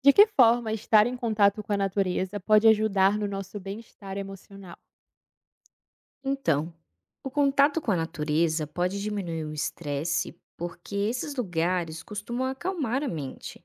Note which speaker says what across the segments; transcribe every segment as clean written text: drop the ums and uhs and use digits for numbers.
Speaker 1: De que forma estar em contato com a natureza pode ajudar no nosso bem-estar emocional?
Speaker 2: Então, o contato com a natureza pode diminuir o estresse porque esses lugares costumam acalmar a mente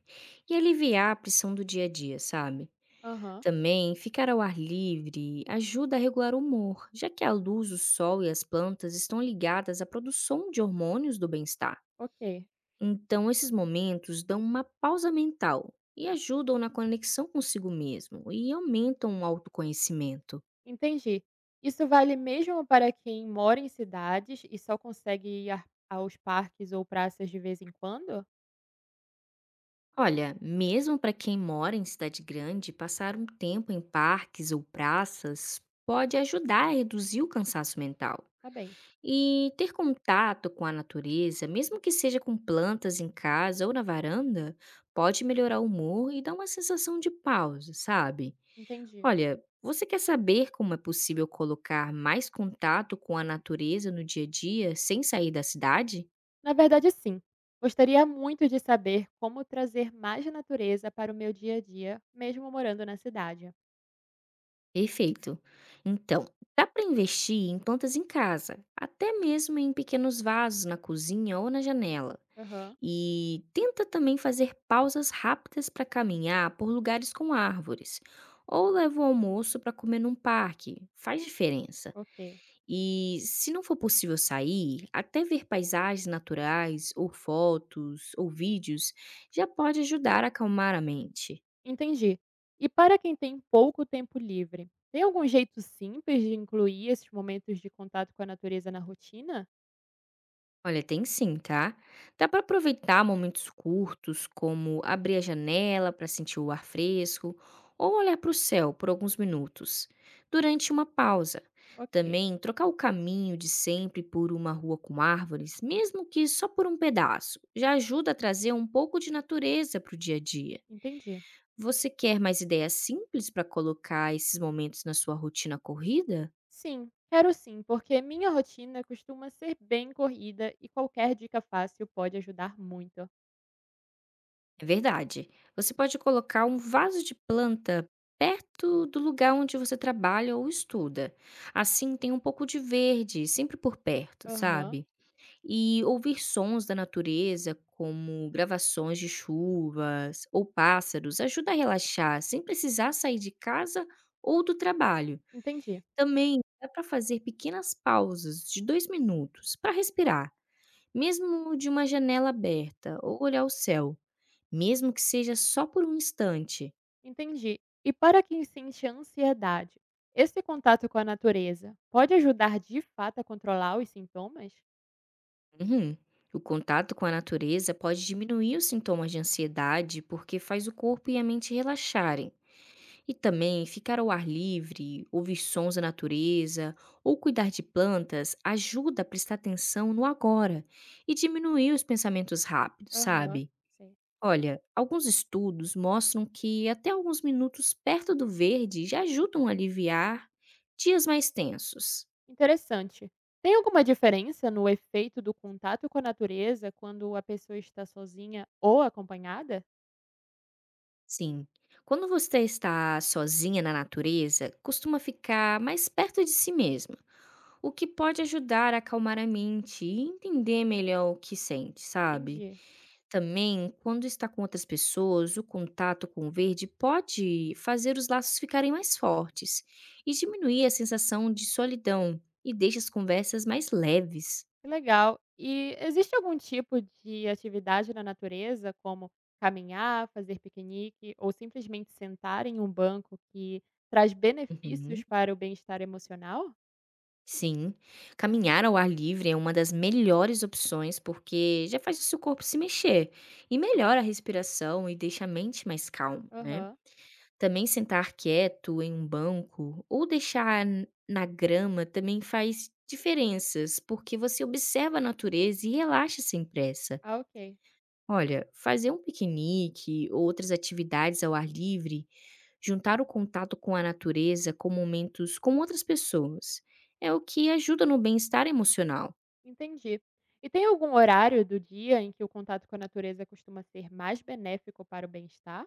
Speaker 2: e aliviar a pressão do dia a dia, sabe?
Speaker 1: Aham,
Speaker 2: Também ficar ao ar livre ajuda a regular o humor, já que a luz, o sol e as plantas estão ligadas à produção de hormônios do bem-estar.
Speaker 1: ok,
Speaker 2: Então, esses momentos dão uma pausa mental e ajudam na conexão consigo mesmo e aumentam o autoconhecimento.
Speaker 1: entendi. Isso vale mesmo para quem mora em cidades e só consegue aos parques ou praças de vez em quando?
Speaker 2: Olha, mesmo para quem mora em cidade grande, passar um tempo em parques ou praças pode ajudar a reduzir o cansaço mental.
Speaker 1: Tá bem,
Speaker 2: E ter contato com a natureza, mesmo que seja com plantas em casa ou na varanda, pode melhorar o humor e dar uma sensação de pausa, sabe?
Speaker 1: entendi.
Speaker 2: Olha, você quer saber como é possível colocar mais contato com a natureza no dia a dia sem sair da cidade?
Speaker 1: Na verdade, sim. Gostaria muito de saber como trazer mais natureza para o meu dia a dia, mesmo morando na cidade.
Speaker 2: Perfeito. Então, dá para investir em plantas em casa, até mesmo em pequenos vasos na cozinha ou na janela.
Speaker 1: Aham,
Speaker 2: E tenta também fazer pausas rápidas para caminhar por lugares com árvores. Ou leva o almoço para comer num parque. Faz diferença.
Speaker 1: ok.
Speaker 2: E se não for possível sair, até ver paisagens naturais, ou fotos, ou vídeos, já pode ajudar a acalmar a mente.
Speaker 1: Entendi. E para quem tem pouco tempo livre, tem algum jeito simples de incluir esses momentos de contato com a natureza na rotina?
Speaker 2: Olha, tem sim, tá? Dá para aproveitar momentos curtos, como abrir a janela para sentir o ar fresco ou olhar para o céu por alguns minutos, durante uma pausa.
Speaker 1: Ok,
Speaker 2: Também trocar o caminho de sempre por uma rua com árvores, mesmo que só por um pedaço, já ajuda a trazer um pouco de natureza para o dia a dia.
Speaker 1: entendi.
Speaker 2: Você quer mais ideias simples para colocar esses momentos na sua rotina corrida?
Speaker 1: Sim, quero sim, porque minha rotina costuma ser bem corrida e qualquer dica fácil pode ajudar muito.
Speaker 2: É verdade. Você pode colocar um vaso de planta perto do lugar onde você trabalha ou estuda. Assim tem um pouco de verde sempre por perto,
Speaker 1: Aham,
Speaker 2: sabe? E ouvir sons da natureza, como gravações de chuvas ou pássaros, ajuda a relaxar sem precisar sair de casa ou do trabalho.
Speaker 1: entendi,
Speaker 2: Também dá para fazer pequenas pausas de 2 minutos para respirar, mesmo de uma janela aberta ou olhar o céu mesmo que seja só por um instante.
Speaker 1: entendi. E para quem sente ansiedade, esse contato com a natureza pode ajudar de fato a controlar os sintomas?
Speaker 2: Uhum. O contato com a natureza pode diminuir os sintomas de ansiedade porque faz o corpo e a mente relaxarem. E também ficar ao ar livre, ouvir sons da natureza ou cuidar de plantas ajuda a prestar atenção no agora e diminuir os pensamentos rápidos,
Speaker 1: Aham,
Speaker 2: sabe?
Speaker 1: sim.
Speaker 2: Olha, alguns estudos mostram que até alguns minutos perto do verde já ajudam a aliviar dias mais tensos.
Speaker 1: Interessante. Tem alguma diferença no efeito do contato com a natureza quando a pessoa está sozinha ou acompanhada?
Speaker 2: Sim. Quando você está sozinha na natureza, costuma ficar mais perto de si mesma, o que pode ajudar a acalmar a mente e entender melhor o que sente, sabe?
Speaker 1: Entendi.
Speaker 2: Também, quando está com outras pessoas, o contato com o verde pode fazer os laços ficarem mais fortes e diminuir a sensação de solidão e deixa as conversas mais leves.
Speaker 1: Que legal. E existe algum tipo de atividade na natureza, como caminhar, fazer piquenique ou simplesmente sentar em um banco que traz benefícios
Speaker 2: Uhum.
Speaker 1: para o bem-estar emocional?
Speaker 2: Sim, caminhar ao ar livre é uma das melhores opções porque já faz o seu corpo se mexer e melhora a respiração e deixa a mente mais calma, né?
Speaker 1: Aham.
Speaker 2: Também sentar quieto em um banco ou deixar na grama também faz diferenças, porque você observa a natureza e relaxa sem pressa.
Speaker 1: Ah, ok.
Speaker 2: Olha, fazer um piquenique ou outras atividades ao ar livre, juntar o contato com a natureza com momentos com outras pessoas, é o que ajuda no bem-estar emocional.
Speaker 1: Entendi. E tem algum horário do dia em que o contato com a natureza costuma ser mais benéfico para o bem-estar?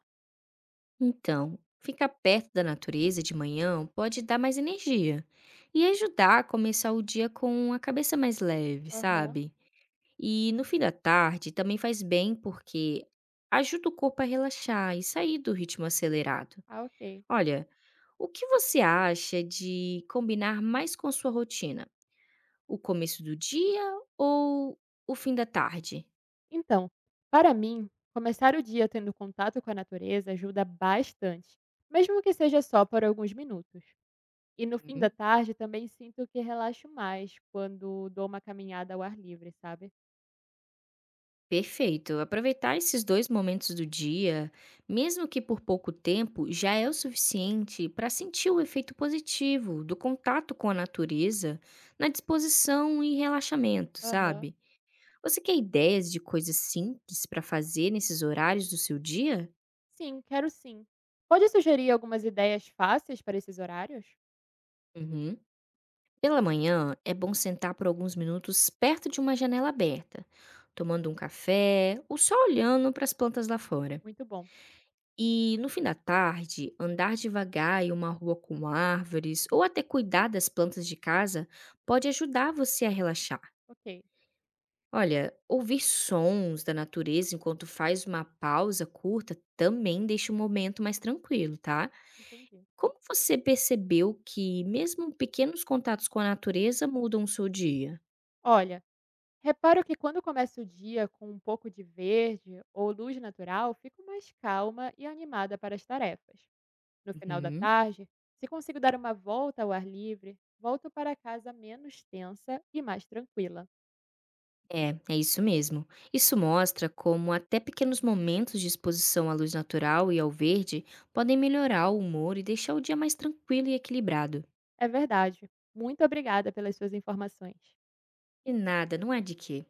Speaker 2: Então, ficar perto da natureza de manhã pode dar mais energia e ajudar a começar o dia com a cabeça mais leve,
Speaker 1: Aham.
Speaker 2: sabe? E no fim da tarde também faz bem porque ajuda o corpo a relaxar e sair do ritmo acelerado.
Speaker 1: Ah, ok.
Speaker 2: Olha, o que você acha de combinar mais com sua rotina? O começo do dia ou o fim da tarde?
Speaker 1: Então, para mim, começar o dia tendo contato com a natureza ajuda bastante, mesmo que seja só por alguns minutos. E no fim da
Speaker 2: Hum,
Speaker 1: tarde também sinto que relaxo mais quando dou uma caminhada ao ar livre, sabe?
Speaker 2: perfeito. Aproveitar esses dois momentos do dia, mesmo que por pouco tempo, já é o suficiente para sentir o efeito positivo do contato com a natureza na disposição e relaxamento,
Speaker 1: Aham.
Speaker 2: sabe? Você quer ideias de coisas simples para fazer nesses horários do seu dia?
Speaker 1: Sim, quero sim. Pode sugerir algumas ideias fáceis para esses horários?
Speaker 2: Uhum. Pela manhã, é bom sentar por alguns minutos perto de uma janela aberta, tomando um café ou só olhando para as plantas lá fora.
Speaker 1: Muito bom.
Speaker 2: E no fim da tarde, andar devagar em uma rua com árvores ou até cuidar das plantas de casa pode ajudar você a relaxar.
Speaker 1: Ok,
Speaker 2: Olha, ouvir sons da natureza enquanto faz uma pausa curta também deixa o momento mais tranquilo, tá?
Speaker 1: entendi.
Speaker 2: Como você percebeu que mesmo pequenos contatos com a natureza mudam o seu dia?
Speaker 1: Olha, reparo que quando começo o dia com um pouco de verde ou luz natural, fico mais calma e animada para as tarefas. No final da
Speaker 2: Uhum.
Speaker 1: tarde, se consigo dar uma volta ao ar livre, volto para casa menos tensa e mais tranquila.
Speaker 2: É isso mesmo. Isso mostra como até pequenos momentos de exposição à luz natural e ao verde podem melhorar o humor e deixar o dia mais tranquilo e equilibrado.
Speaker 1: É verdade. Muito obrigada pelas suas informações.
Speaker 2: E nada, não é de quê.